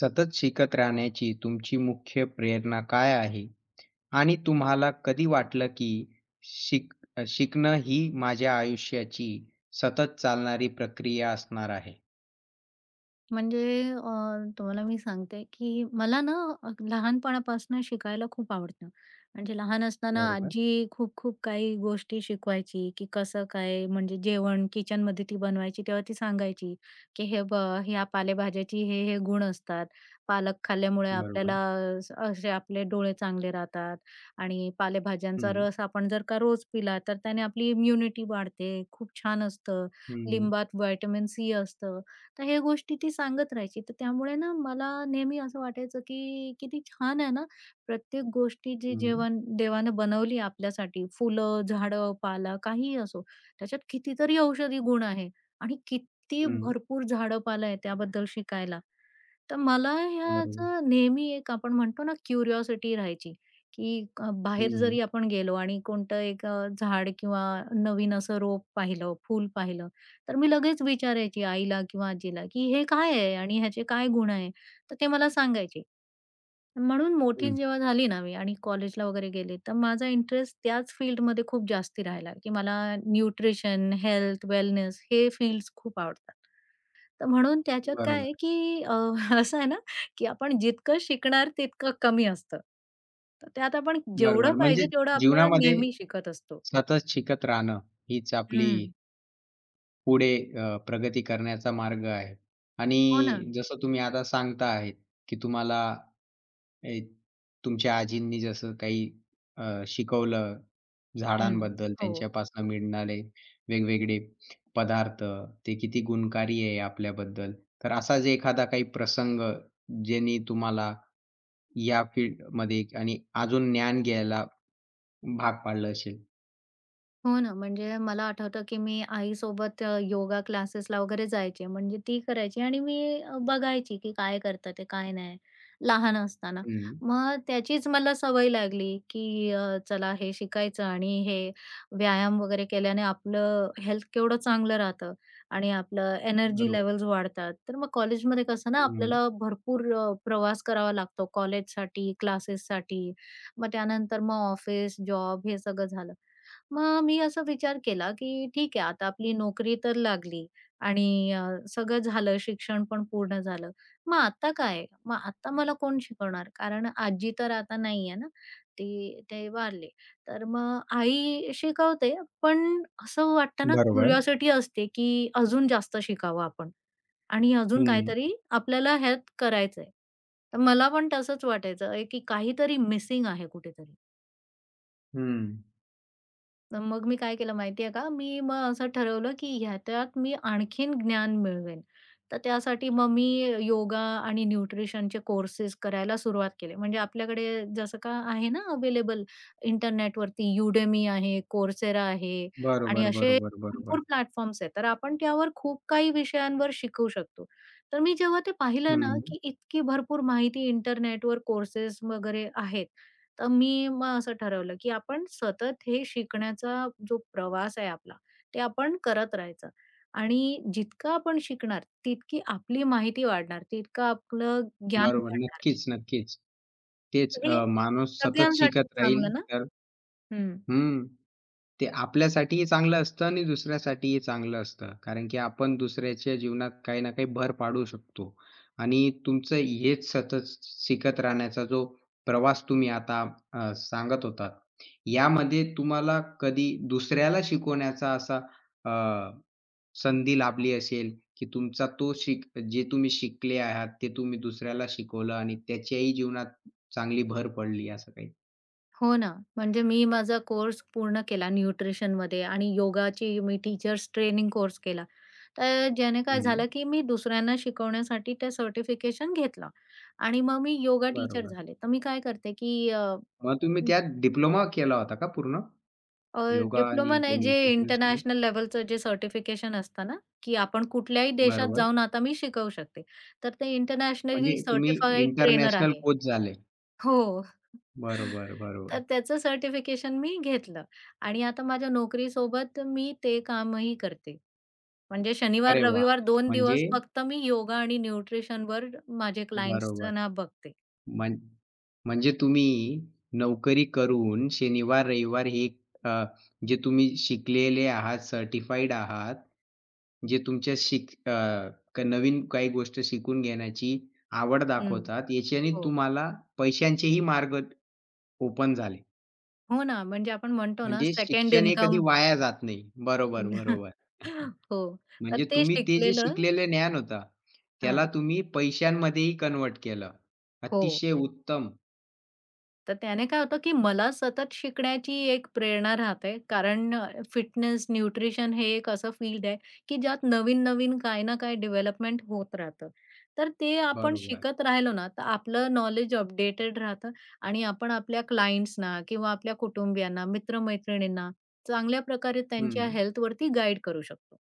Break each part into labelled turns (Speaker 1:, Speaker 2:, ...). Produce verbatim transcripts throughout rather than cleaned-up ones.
Speaker 1: सतत शिकत राहण्याची तुमची मुख्य प्रेरणा काय आहे? आणि तुम्हाला कधी वाटलं की शिक शिकणं ही माझ्या आयुष्याची सतत चालणारी प्रक्रिया असणार आहे?
Speaker 2: म्हणजे अ, तुम्हाला मी सांगते, की मला ना अ, लहानपणापासून शिकायला खूप आवडतं. म्हणजे लहान असताना
Speaker 1: बरोबर,
Speaker 2: आजी खूप-खूप काही गोष्टी शिकवायची, की कसं काय म्हणजे जेवण किचनमध्ये ती बनवायची तेव्हा ती सांगायची, की "हे बघ, ह्या पालेभाज्याची हे, हे गुण असतात. पालक खाल्ल्यामुळे आपल्याला
Speaker 1: बरोबर.
Speaker 2: अ, असे आपले डोळे चांगले राहतात आणि पालेभाज्यांचा
Speaker 1: हं,
Speaker 2: रस आपण जर का रोज पिला तर त्याने आपली इम्युनिटी वाढते. खूप छान असतं.
Speaker 1: हं,
Speaker 2: लिंबात व्हिटॅमिन सी असतं." तर ह्या गोष्टी ती सांगत राहायची. तर त्यामुळे ना मला नेहमी असं वाटायचं, की किती छान आहे ना, प्रत्येक गोष्टी जी
Speaker 1: हं,
Speaker 2: जेवण देवानं बनवली आपल्यासाठी, फुलं, झाडं, पाला काहीही असो, त्याच्यात कितीतरी औषधी गुण आहे आणि किती
Speaker 1: हं.
Speaker 2: भरपूर झाडं-पालं आहे त्याबद्दल शिकायला. तर मला
Speaker 1: बरोबर.
Speaker 2: ह्याचं नेहमी एक आपण म्हणतो ना क्युरिओसिटी राहायची, की अ, बाहेर
Speaker 1: हं,
Speaker 2: जरी आपण गेलो आणि कोणतं एक अ, झाड किंवा नवीन असं रोप पाहिलं, फूल पाहिलं, तर मी लगेच विचारायची आईला किंवा आजीला, की "हे काय आहे आणि ह्याचे काय गुण आहे?" तर ते मला सांगायचे. म्हणून मोठी
Speaker 1: हं.
Speaker 2: जेव्हा झाली ना मी आणि कॉलेजला वगैरे गेले, तर माझा इंटरेस्ट त्याच फील्डमध्ये खूप जास्ती राहिला, की मला न्यूट्रिशन, हेल्थ, वेलनेस हे फील्ड्स खूप आवडतात. तर म्हणून त्याच्यात काय
Speaker 1: बरोबर,
Speaker 2: आहे, की अ, असं आहे ना, की आपण जितकं शिकणार तितकं कमी असतं. तर त्यात आपण जेवढं
Speaker 1: बरोबर. म्हणजे
Speaker 2: पाहिजे तेवढं आपण
Speaker 1: जीवनामध्ये
Speaker 2: नेहमी शिकत असतो.
Speaker 1: सतत शिकत राहणं हीच आपली
Speaker 2: हं.
Speaker 1: पुढे अ, प्रगती करण्याचा मार्ग आहे
Speaker 2: हो ना.
Speaker 1: आणि जसं तुम्ही आता सांगता आहेत, की तुम्हाला ए तुमच्या आजींनी जसं काही अ, शिकवलं
Speaker 2: हं.
Speaker 1: झाडांबद्दल,
Speaker 2: हो.
Speaker 1: त्यांच्यापासून मिळणारे वेगवेगळे पदार्थ, ते किती गुणकारी आहे आपल्याबद्दल. तर असाच एखादा काही प्रसंग ज्यांनी तुम्हाला या फील्डमध्ये आणि अजून ज्ञान घ्यायला भाग पाडलं असेल?
Speaker 2: हो ना, म्हणजे मला आठवतं, की मी आईसोबत अ, योगा क्लासेसला वगैरे जायचे. म्हणजे ती करायची आणि मी अ, बघायची, की काय करतात ते, काय नाही. लहान असताना.
Speaker 1: हं,
Speaker 2: मग त्याचीच मला सवय लागली, की अ, चला हे शिकायचं आणि हे व्यायाम वगैरे केल्याने आपलं हेल्थ केवढं चांगलं राहतं आणि आपलं एनर्जी
Speaker 1: बरोबर.
Speaker 2: लेव्हल्स वाढतात. तर मग कॉलेजमध्ये कसं ना,
Speaker 1: हं.
Speaker 2: आपल्याला भरपूर अ, प्रवास करावा लागतो कॉलेजसाठी, क्लासेससाठी. मग त्यानंतर मग ऑफिस, जॉब हे सगळं झालं. मग मी असा विचार केला, की ठीक आहे आता आपली नोकरी तर लागली आणि अ, सगळं झालं, शिक्षण पण पूर्ण झालं. मग आता काय? मग आता मला कोण शिकवणार? कारण आजी तर आता नाहीये ना, ती ते वारले. तर मग आई शिकवते, पण असं वाटतं ना
Speaker 1: बरोबर.
Speaker 2: क्युरिओसिटी असते, की अजून जास्त शिकावं आपण आणि अजून
Speaker 1: हं,
Speaker 2: काहीतरी आपल्याला ह्यात करायचंय. तर मला पण तसंच वाटायचं, की काहीतरी मिसिंग आहे कुठेतरी.
Speaker 1: हं.
Speaker 2: तर मग मी काय केलं माहिती का, मी मग असं ठरवलं की ह्याच्यात मी आणखीन ज्ञान मिळवेन. तर त्यासाठी मग मी योगा आणि न्यूट्रिशनचे कोर्सेस करायला सुरुवात केले म्हणजे आपल्याकडे जसं का आहे ना अवेलेबल इंटरनेटवरती Udemy आहे, Coursera आहे आणि
Speaker 1: बरोबर,
Speaker 2: असे
Speaker 1: बरोबर, बरोबर.
Speaker 2: भरपूर प्लॅटफॉर्म्स आहेत. तर आपण त्यावर खूप काही विषयांवर शिकू शकतो. तर मी जेव्हा ते पाहिलं ना,
Speaker 1: हं.
Speaker 2: की इतकी भरपूर माहिती इंटरनेटवर कोर्सेस वगैरे आहेत. तर मी मग असं ठरवलं, की आपण सतत हे शिकण्याचा जो प्रवास आहे आपला, ते आपण करत राहायचं आणि जितकं आपण शिकणार, तितकी आपली माहिती वाढणार, तितकं आपलं ज्ञान हं.
Speaker 1: बरोबर.
Speaker 2: वाढणार.
Speaker 1: नक्कीच, नक्कीच. तेच
Speaker 2: तर
Speaker 1: अ,
Speaker 2: हे
Speaker 1: माणूस सतत
Speaker 2: सगळ्यांसाठी
Speaker 1: शिकत राहील
Speaker 2: चांगलं ना?
Speaker 1: तर
Speaker 2: हं.
Speaker 1: हं. ते आपल्यासाठीही चांगलं असतं आणि दुसऱ्यासाठीही चांगलं असतं. कारण की आपण दुसऱ्याच्या जीवनात काही ना काही भर पाडू शकतो. आणि तुमचं हेच सतत शिकत राहण्याचा जो प्रवास तुम्ही आता अ, सांगत होतात, यामध्ये तुम्हाला कधी दुसऱ्याला शिकवण्याचा असा संधी लाभली असेल, की तुमचा तो शिक जे तुम्ही शिकले आहात, ते तुम्ही दुसऱ्याला शिकवलं आणि त्याच्याही जीवनात चांगली भर पडली असं काही?
Speaker 2: हो ना. म्हणजे मी माझा कोर्स पूर्ण केला न्यूट्रिशनमध्ये आणि योगाची मी टीचर्स ट्रेनिंग कोर्स केला. तर ज्याने काय
Speaker 1: हं.
Speaker 2: झालं, की मी दुसऱ्यांना शिकवण्यासाठी ते सर्टिफिकेशन घेतलं आणि मग मी योगा टीचर
Speaker 1: बरोबर.
Speaker 2: झाले. तर मी काय करते, की
Speaker 1: मग तुम्ही त्यात डिप्लोमा केला होता का पूर्ण?
Speaker 2: अ,
Speaker 1: योगा
Speaker 2: डिप्लोमा
Speaker 1: आणि ते
Speaker 2: नाही, जे
Speaker 1: न्यूट्रिशनिस्ट
Speaker 2: इंटरनॅशनल लेव्हलचं जे सर्टिफिकेशन असतं ना, की आपण कुठल्याही देशात
Speaker 1: बरोबर.
Speaker 2: जाऊन आता मी शिकवू शकते. तर ते इंटरनॅशनली
Speaker 1: म्हणजे तुम्ही
Speaker 2: सर्टिफाईड ट्रेनर
Speaker 1: इंटरनॅशनल
Speaker 2: आहे.
Speaker 1: कोच झाले.
Speaker 2: हो.
Speaker 1: बरोबर,
Speaker 2: तर
Speaker 1: बरोबर.
Speaker 2: त्याचं सर्टिफिकेशन मी घेतलं आणि आता माझ्या नोकरीसोबत मी ते कामही करते. म्हणजे शनिवार,
Speaker 1: अरे वाह!
Speaker 2: रविवार दोन
Speaker 1: म्हणजे
Speaker 2: दिवस फक्त मी योगा आणि न्यूट्रिशनवर माझे
Speaker 1: बरोबर.
Speaker 2: क्लायंट्सना बघते.
Speaker 1: म्हण म्हणजे तुम्ही नोकरी करून शनिवार, रविवार हे अ, जे तुम्ही शिकलेले आहात, सर्टिफाईड आहात, जे तुमच्या शिक अ, क- नवीन काही गोष्ट शिकून घेण्याची आवड
Speaker 2: हं.
Speaker 1: दाखवतात, याच्याने
Speaker 2: हो.
Speaker 1: तुम्हाला पैशांचेही मार्ग ओपन झाले.
Speaker 2: हो ना, म्हणजे आपण म्हणतो ना
Speaker 1: म्हणजे
Speaker 2: सेकंड
Speaker 1: शिक्षण हे कधी
Speaker 2: इन्कम
Speaker 1: वाया जात नाही. बरोबर, बरोबर.
Speaker 2: हो. तर
Speaker 1: म्हणजे
Speaker 2: ते
Speaker 1: तुम्ही ते जे
Speaker 2: शिकलेलं
Speaker 1: शिकलेलं ज्ञान होतं, त्याला
Speaker 2: हां.
Speaker 1: तुम्ही पैशांमध्येही कन्व्हर्ट केलं.
Speaker 2: हो.
Speaker 1: अतिशय उत्तम.
Speaker 2: तर त्याने काय होतं, की मला सतत शिकण्याची एक प्रेरणा राहते. कारण अ, फिटनेस, न्यूट्रिशन हे एक असं फील्ड आहे, की ज्यात नवीन-नवीन काही ना काही डेव्हलपमेंट होत राहतं. तर ते आपण
Speaker 1: बरोबर.
Speaker 2: शिकत राहिलो ना, तर आपलं नॉलेज अपडेटेड राहतं आणि आपण आपल्या क्लायंट्सना किंवा आपल्या कुटुंबियांना, मित्र चांगल्या प्रकारे त्यांच्या
Speaker 1: हं.
Speaker 2: हेल्थवरती गाईड करू शकतो.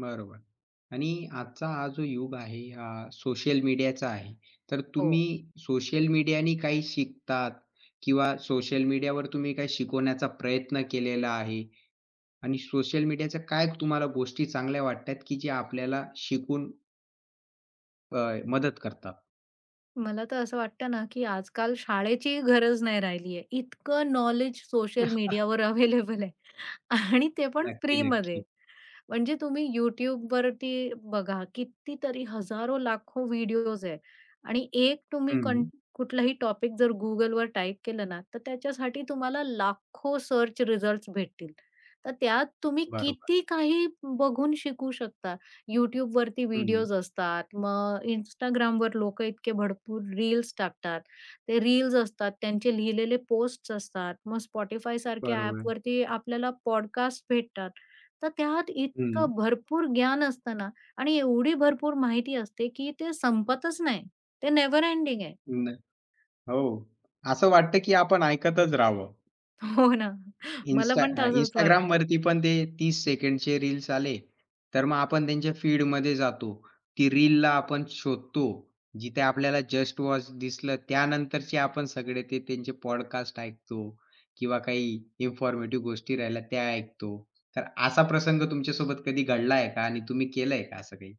Speaker 1: बरोबर. आणि आजचा हा जो युग आहे, हा सोशल मीडियाचा आहे. तर
Speaker 2: हो.
Speaker 1: तुम्ही सोशल मीडियाने काही शिकतात किंवा सोशल मीडियावर तुम्ही काही शिकवण्याचा प्रयत्न केलेला आहे आणि सोशल मीडियाच्या काय तुम्हाला गोष्टी चांगल्या वाटतात, की जे आपल्याला शिकून अ, मदत करतात?
Speaker 2: मला तर असं वाटतं ना, की आजकाल शाळेचीही गरज नाही राहिली आहे. इतकं नॉलेज सोशल मीडियावर अवेलेबल आहे आणि ते पण
Speaker 1: नक्की,
Speaker 2: फ्रीमध्ये.
Speaker 1: नक्की.
Speaker 2: म्हणजे तुम्ही YouTubeवरती बघा, कितीतरी हजारो, लाखो व्हिडिओज आहे आणि एक तुम्ही कं
Speaker 1: हं.
Speaker 2: कुठलाही टॉपिक जर Googleवर टाइप केलं ना, तर त्याच्यासाठी तुम्हाला लाखो सर्च रिझल्ट्स भेटतील. तर त्यात तुम्ही
Speaker 1: बरोबर.
Speaker 2: किती काही बघून शिकू शकता. YouTubeवरती
Speaker 1: हं.
Speaker 2: व्हिडिओज असतात, मग Instagramवर लोकं इतके भरपूर रील्स टाकतात. ते रील्स असतात, त्यांचे लिहिलेले पोस्ट्स असतात. मग Spotify सारख्या
Speaker 1: बरोबर.
Speaker 2: ॲपवरती आपल्याला पॉडकास्ट भेटतात. तर त्यात
Speaker 1: हं.
Speaker 2: इतकं भरपूर ज्ञान असतं ना आणि एवढी भरपूर माहिती असते, की ते संपतच नाही. ते नेव्हर एंडिंग आहे.
Speaker 1: न हो. असं वाटतं, की आपण ऐकतच राहावं.
Speaker 2: हो ना. मला
Speaker 1: Insta
Speaker 2: पण
Speaker 1: अ,
Speaker 2: तसंच वाटतं.
Speaker 1: Instagramवरती पण ते तीस सेकंडचे रील्स आले, तर मग आपण त्यांच्या फीडमध्ये जातो. ती रीलला आपण शोधतो. जिथे आपल्याला जस्ट वॉच दिसलं, त्यानंतरचे आपण सगळे ते त्यांचे पॉडकास्ट ऐकतो किंवा काही इन्फॉर्मेटिव्ह गोष्टी राहिल्या त्या ऐकतो. तर असा प्रसंग तुमच्यासोबत कधी घडला आहे का? आणि तुम्ही केलंय का असं काही?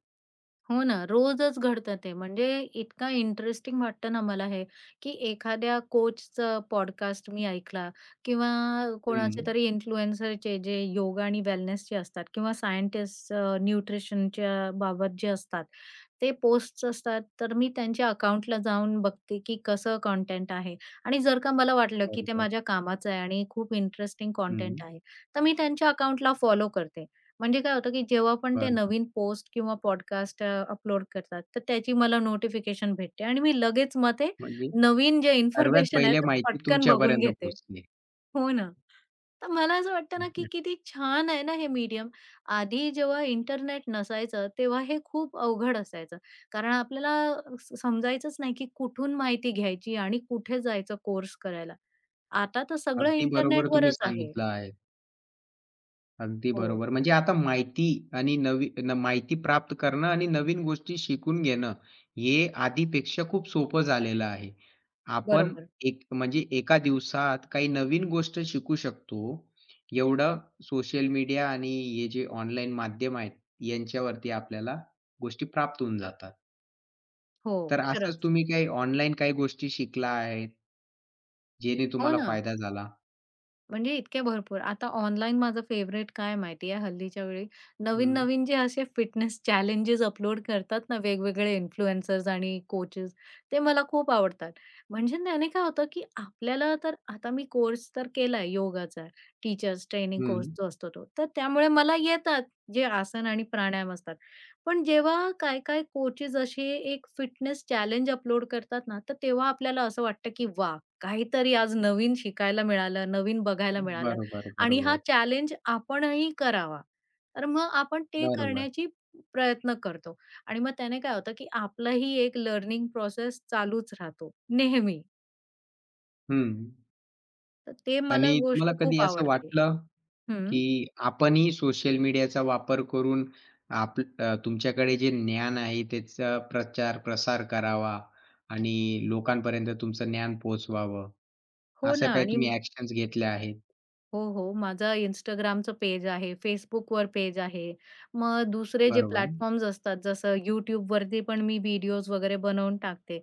Speaker 2: हो ना. रोजच घडतं ते. म्हणजे इतका इंटरेस्टिंग वाटतं ना मला हे, की एखाद्या कोचचं पॉडकास्ट मी ऐकला किंवा
Speaker 1: हं.
Speaker 2: कोणाचे तरी इन्फ्लुएन्सरचे जे योगा आणि वेलनेसचे असतात किंवा सायंटिस्ट न्यूट्रिशनच्या बाबत जे असतात. ते पोस्ट असतात, तर मी त्यांच्या अकाउंटला जाऊन बघते, की कसं कंटेंट आहे आणि जर का मला वाटलं, की ते
Speaker 1: बरोबर.
Speaker 2: माझ्या कामाचं आहे आणि खूप इंटरेस्टिंग कंटेंट
Speaker 1: हं.
Speaker 2: आहे, तर मी त्यांच्या अकाउंटला फॉलो करते. म्हणजे काय होतं, की जेव्हा पण ते
Speaker 1: बरोबर.
Speaker 2: नवीन पोस्ट किंवा पॉडकास्ट अपलोड करतात, तर त्याची मला नोटिफिकेशन भेटते आणि मी लगेच मग ते
Speaker 1: म्हणजे
Speaker 2: नवीन जे
Speaker 1: सर्वात
Speaker 2: इन्फॉर्मेशन आहे,
Speaker 1: पहिल्या
Speaker 2: ते
Speaker 1: माहिती
Speaker 2: पटकन बघून
Speaker 1: तुमच्यापर्यंत
Speaker 2: घेते.
Speaker 1: पोहोचली.
Speaker 2: हो ना. तर मला असं वाटतं ना, की किती छान आहे ना हे मीडियम. आधी जेव्हा इंटरनेट नसायचं, तेव्हा हे खूप अवघड असायचं. कारण आपल्याला स समजायचंच नाही, की कुठून माहिती घ्यायची आणि कुठे जायचं कोर्स करायला. आता तर सगळं
Speaker 1: अगदी बरोबर तुम्ही
Speaker 2: इंटरनेटवरच आहे.
Speaker 1: सांगितलं आहे. अगदी
Speaker 2: हो,
Speaker 1: बरोबर. म्हणजे आता माहिती आणि नवी न माहिती प्राप्त करणं आणि नवीन गोष्टी शिकून घेणं, हे आधीपेक्षा खूप सोपं झालेलं आहे. आपण
Speaker 2: बरोबर.
Speaker 1: एक म्हणजे एका दिवसात काही नवीन गोष्ट शिकू शकतो, एवढं सोशल मीडिया आणि हे जे ऑनलाईन माध्यम आहेत, यांच्यावरती आपल्याला गोष्टी प्राप्त होऊन जातात.
Speaker 2: हो,
Speaker 1: तर असंच
Speaker 2: खरंच.
Speaker 1: तुम्ही काही ऑनलाईन काही गोष्टी शिकला आहेत, जेणे
Speaker 2: हो
Speaker 1: तुम्हाला
Speaker 2: ना.
Speaker 1: फायदा झाला?
Speaker 2: म्हणजे इतके भरपूर. आता ऑनलाईन माझं फेव्हरेट काय माहिती आहे हल्लीच्या वेळी,
Speaker 1: हं,
Speaker 2: नवीन-नवीन जे असे फिटनेस चॅलेंजेस अपलोड करतात ना वेगवेगळे इन्फ्लुएन्सर्स आणि कोचेस, ते मला खूप आवडतात. म्हणजे त्याने काय होतं, की आपल्याला तर आता मी कोर्स तर केलाय योगाचा, टीचर्स ट्रेनिंग कोर्स
Speaker 1: हं.
Speaker 2: जो असतो तो. तर त्यामुळे मला येतात जे आसन आणि प्राणायाम असतात. पण जेव्हा काय-काय कोचेस असे एक फिटनेस चॅलेंज अपलोड करतात ना, तर तेव्हा आपल्याला असं वाटतं, की वाह! काहीतरी आज नवीन शिकायला मिळालं, नवीन बघायला मिळालं
Speaker 1: बरोबर,
Speaker 2: आणि हा
Speaker 1: बरोबर.
Speaker 2: चॅलेंज आपणही करावा. तर मग आपण ते
Speaker 1: बरोबर.
Speaker 2: करण्याची प्रयत्न करतो आणि मग त्याने काय होतं, की आपलंही एक लर्निंग प्रोसेस चालूच राहतो नेहमी.
Speaker 1: हं.
Speaker 2: तर ते मला
Speaker 1: आणि तुम्हाला
Speaker 2: गोष्ट
Speaker 1: कधी
Speaker 2: खूप
Speaker 1: असं
Speaker 2: आवडते.
Speaker 1: वाटलं,
Speaker 2: हं.
Speaker 1: की आपणही सोशल मीडियाचा वापर करून आप अ, तुमच्याकडे जे ज्ञान आहे त्याचा प्रचार-प्रसार करावा आणि लोकांपर्यंत तुमचं ज्ञान पोहोचवावं.
Speaker 2: हो
Speaker 1: असं
Speaker 2: ना
Speaker 1: काही
Speaker 2: आणि
Speaker 1: तुम्ही ॲक्शन्स घेतल्या आहेत.
Speaker 2: हो, हो. माझं Instagramचं पेज आहे, Facebookवर पेज आहे. मग दुसरे जे
Speaker 1: बरोबर.
Speaker 2: प्लॅटफॉर्म्स असतात जसं YouTubeवरती पण मी व्हिडिओज वगैरे बनवून टाकते.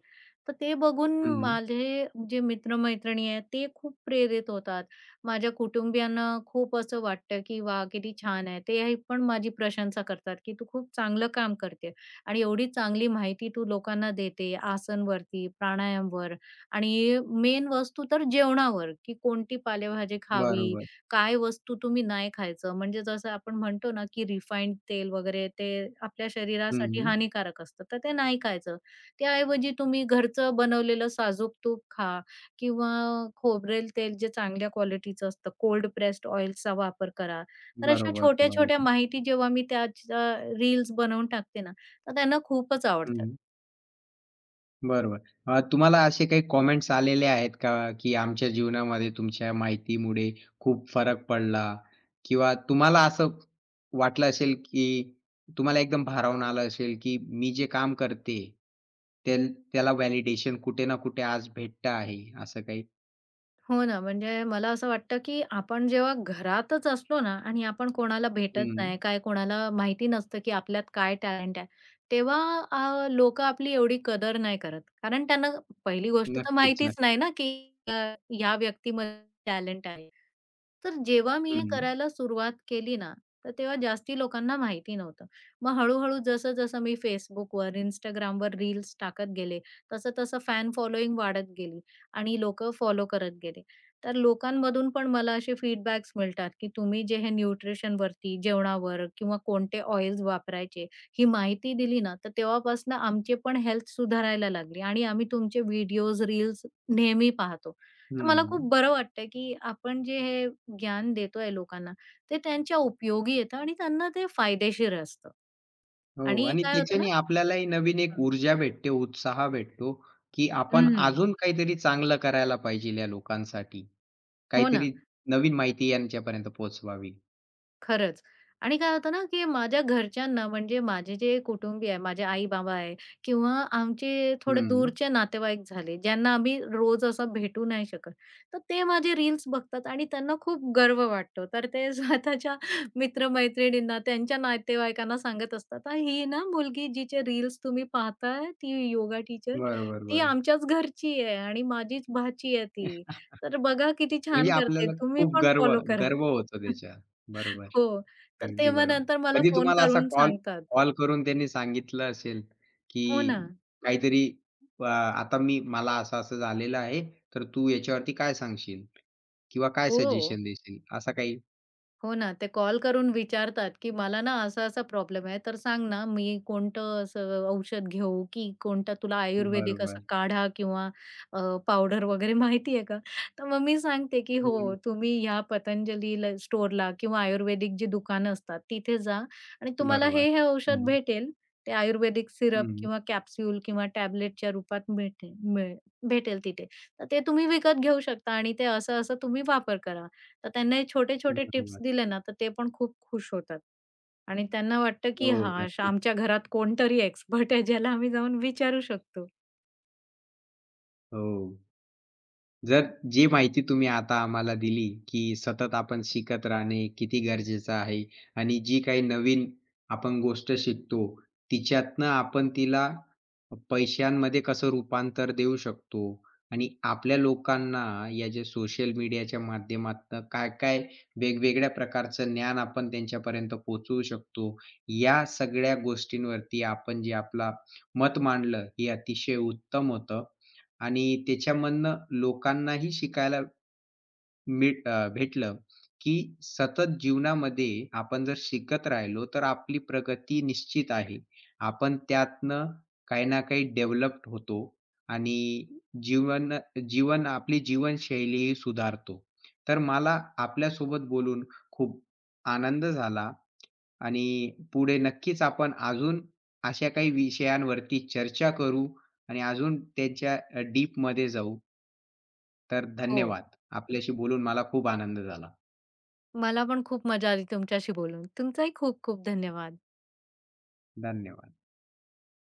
Speaker 2: तर ते बघून
Speaker 1: हं.
Speaker 2: माझे जे मित्र-मैत्रिणी आहेत ते खूप प्रेरित होतात. माझ्या कुटुंबियांना खूप असं वाटतं, की "वाह! किती छान आहे." ते हे पण माझी प्रशंसा करतात, की "तू खूप चांगलं काम करते आणि एवढी चांगली माहिती तू लोकांना देते आसनवरती, प्राणायामवर आणि मेन वस्तू तर जेवणावर, की कोणती पालेभाजी खावी."
Speaker 1: बरोबर.
Speaker 2: काय वस्तू तुम्ही नाही खायचं. म्हणजे जसं आपण म्हणतो ना, की रिफाइंड तेल वगैरे ते आपल्या शरीरासाठी
Speaker 1: हं.
Speaker 2: हानिकारक असतं, तर ते नाही खायचं. त्याऐवजी तुम्ही घरचं बनवलेलं साजूक तूप खा किंवा खोबरेल तेल जे चांगल्या क्वालिटीचं असतं, कोल्ड प्रेस्ड ऑइल्सचा वापर करा. तर अशा
Speaker 1: बरोबर,
Speaker 2: छोट्या-छोट्या
Speaker 1: बरोबर.
Speaker 2: माहिती जेव्हा मी त्याच्या रील्स बनवून टाकते ना, तर त्यांना खूपच आवडतात.
Speaker 1: हं. बरोबर. अ, तुम्हाला असे काही कमेंट्स आलेले आहेत का, की आमच्या जीवनामध्ये तुमच्या माहितीमुळे खूप फरक पडला? किंवा तुम्हाला असं वाटलं असेल, की तुम्हाला एकदम भारावून आलं असेल, की मी जे काम करते, त्याल त्याला व्हॅलिडेशन कुठे ना कुठे आज भेटतं आहे, असं काही?
Speaker 2: हो ना, म्हणजे मला असं वाटतं, की आपण जेव्हा घरातच असलो ना आणि आपण कोणाला भेटत
Speaker 1: हं.
Speaker 2: नाही, काय कोणाला माहिती नसतं, की आपल्यात काय टॅलेंट आहे. तेव्हा अ, आपली एवढी कदर नाही करत. कारण त्यांना पहिली गोष्ट तर
Speaker 1: नक्कीच,
Speaker 2: माहितीच नाही
Speaker 1: नक्कीच.
Speaker 2: ना, की अ, ह्या व्यक्तीमध्ये टॅलेंट आहे. तर जेव्हा मी हे
Speaker 1: हं,
Speaker 2: करायला सुरुवात केली ना, तर तेव्हा जास्ती लोकांना माहिती नव्हतं. मग हळू जसं-जसं मी Facebookवर, Instagramवर रील्स टाकत गेले, तसं-तसं फॅन फॉलोइंग वाढत गेली. आणि लोकं फॉलो करत गेले. तर लोकांमधून पण मला असे फीडबॅक्स मिळतात, की तुम्ही जे हे न्यूट्रिशनवरती, जेवणावर किंवा कोणते ऑइल्स वापरायचे, ही माहिती दिली ना, तर तेव्हापासून आमचे पण हेल्थ सुधारायला लागली आणि आम्ही तुमचे व्हिडिओज, रील्स नेहमी पाहतो. तर मला खूप
Speaker 1: हं.
Speaker 2: बरं वाटतं, की आपण जे हे ज्ञान देतोय लोकांना, ते त्यांच्या उपयोगी येतं आणि त्यांना ते फायदेशीर असतं.
Speaker 1: हो
Speaker 2: आणि
Speaker 1: आणि
Speaker 2: काय होतं ना
Speaker 1: त्याच्याने आपल्यालाही नवीन एक
Speaker 2: हं.
Speaker 1: ऊर्जा भेटते, उत्साह भेटतो, की आपण
Speaker 2: हं.
Speaker 1: अजून काहीतरी चांगलं करायला पाहिजे या लोकांसाठी.
Speaker 2: हो ना.
Speaker 1: काहीतरी नवीन माहिती यांच्यापर्यंत पोहोचवावी.
Speaker 2: खरंच. आणि काय होतं ना, की माझ्या घरच्यांना म्हणजे माझे जे कुटुंबीय आहे, माझे आई-बाबा आहे किंवा आमचे थोडे
Speaker 1: हं.
Speaker 2: दूरचे नातेवाईक झाले, ज्यांना आम्ही रोज असं भेटू नाही शकत. तर ते माझे रील्स बघतात आणि त्यांना खूप गर्व वाटतो. तर ते स्वतःच्या मित्र त्यांच्या नातेवाईकांना सांगत असतात, "आ, "ही ना मुलगी जिचे रील्स तुम्ही पाहताय, ती योगा टीचर,
Speaker 1: बरोबर,
Speaker 2: ती
Speaker 1: बरोबर.
Speaker 2: आमच्याच घरची आहे आणि माझीच भाची आहे ती. तर बघा किती
Speaker 1: म्हणजे
Speaker 2: छान करते.
Speaker 1: आपल्याला
Speaker 2: तुम्ही
Speaker 1: खूप
Speaker 2: पण
Speaker 1: गर्व
Speaker 2: फॉलो करा."
Speaker 1: गर्व होतो त्याच्या. बरोबर.
Speaker 2: हो. तर
Speaker 1: अगदी
Speaker 2: तेव्हा
Speaker 1: बरोबर.
Speaker 2: नंतर मला
Speaker 1: कधी
Speaker 2: फोन
Speaker 1: तुम्हाला असा
Speaker 2: करून
Speaker 1: कॉल
Speaker 2: सांगतात.
Speaker 1: कॉल करून त्यांनी सांगितलं असेल,
Speaker 2: हो ना.
Speaker 1: की काहीतरी अ, आता मी मला असं-असं झालेलं आहे, तर तू याच्यावरती काय सांगशील? किंवा काय
Speaker 2: हो.
Speaker 1: सजेशन देशील? असं काही?
Speaker 2: हो ना, ते कॉल करून विचारतात, की "मला ना असा-असा प्रॉब्लेम आहे, तर सांग ना, मी कोणतं असं औषध घेऊ, की कोणता तुला आयुर्वेदिक असा
Speaker 1: बरोबर.
Speaker 2: काढा किंवा अ, पावडर वगैरे माहिती आहे का?" तर मग मी सांगते, की
Speaker 1: हं.
Speaker 2: "हो, तुम्ही ह्या पतंजलीला स्टोअरला किंवा आयुर्वेदिक जी दुकानं असतात, तिथे जा आणि तुम्हाला
Speaker 1: बरोबर.
Speaker 2: हे-हे औषध
Speaker 1: हं.
Speaker 2: भेटेल. ते आयुर्वेदिक सिरप
Speaker 1: हं.
Speaker 2: किंवा कॅप्सूल किंवा टॅबलेटच्या रूपात भेटेल मिळेल भेटेल तिथे. तर ते तुम्ही विकत घेऊ शकता आणि ते असं-असं तुम्ही वापर करा." तर त्यांना हे छोटे-छोटे टिप्स
Speaker 1: बरोबर.
Speaker 2: दिले ना, तर ते पण खूप खुश होतात. आणि त्यांना वाटतं,
Speaker 1: हो,
Speaker 2: की हां, श
Speaker 1: नक्कीच.
Speaker 2: आमच्या घरात कोणतरी एक्सपर्ट आहे, ज्याला आम्ही जाऊन विचारू शकतो.
Speaker 1: हो. जर जी माहिती तुम्ही आता आम्हाला दिली, की सतत आपण शिकत राहणे किती गरजेचं आहे आणि जी काही नवीन आपण गोष्ट शिकतो, तिच्यातनं आपण तिला पैशांमध्ये कसं रूपांतर देऊ शकतो आणि आपल्या लोकांना या जे सोशल मीडियाच्या माध्यमातनं काय-काय वेगवेगळ्या प्रकारचं ज्ञान आपण त्यांच्यापर्यंत पोहोचवू शकतो. या सगळ्या गोष्टींवरती आपण जे आपला मत मांडलं, हे अतिशय उत्तम होतं. आणि त्याच्यामधनं लोकांनाही शिकायला मिळ अ, भेटलं, की सतत जीवनामध्ये आपण जर शिकत राहिलो, तर आपली प्रगती निश्चित आहे. आपण त्यातनं काही ना काही डेव्हलप्ड होतो आणि जीवन जीवन आपली जीवनशैलीही सुधारतो. तर मला आपल्यासोबत बोलून खूप आनंद झाला आणि पुढे नक्कीच आपण अजून अशा काही विषयांवरती चर्चा करू आणि अजून त्याच्या अ, डीपमध्ये जाऊ. तर
Speaker 2: हो,
Speaker 1: धन्यवाद. आपल्याशी बोलून मला खूप आनंद झाला.
Speaker 2: मला पण खूप मजा आली तुमच्याशी बोलून. तुमचाही खूप खूप धन्यवाद.
Speaker 1: धन्यवाद.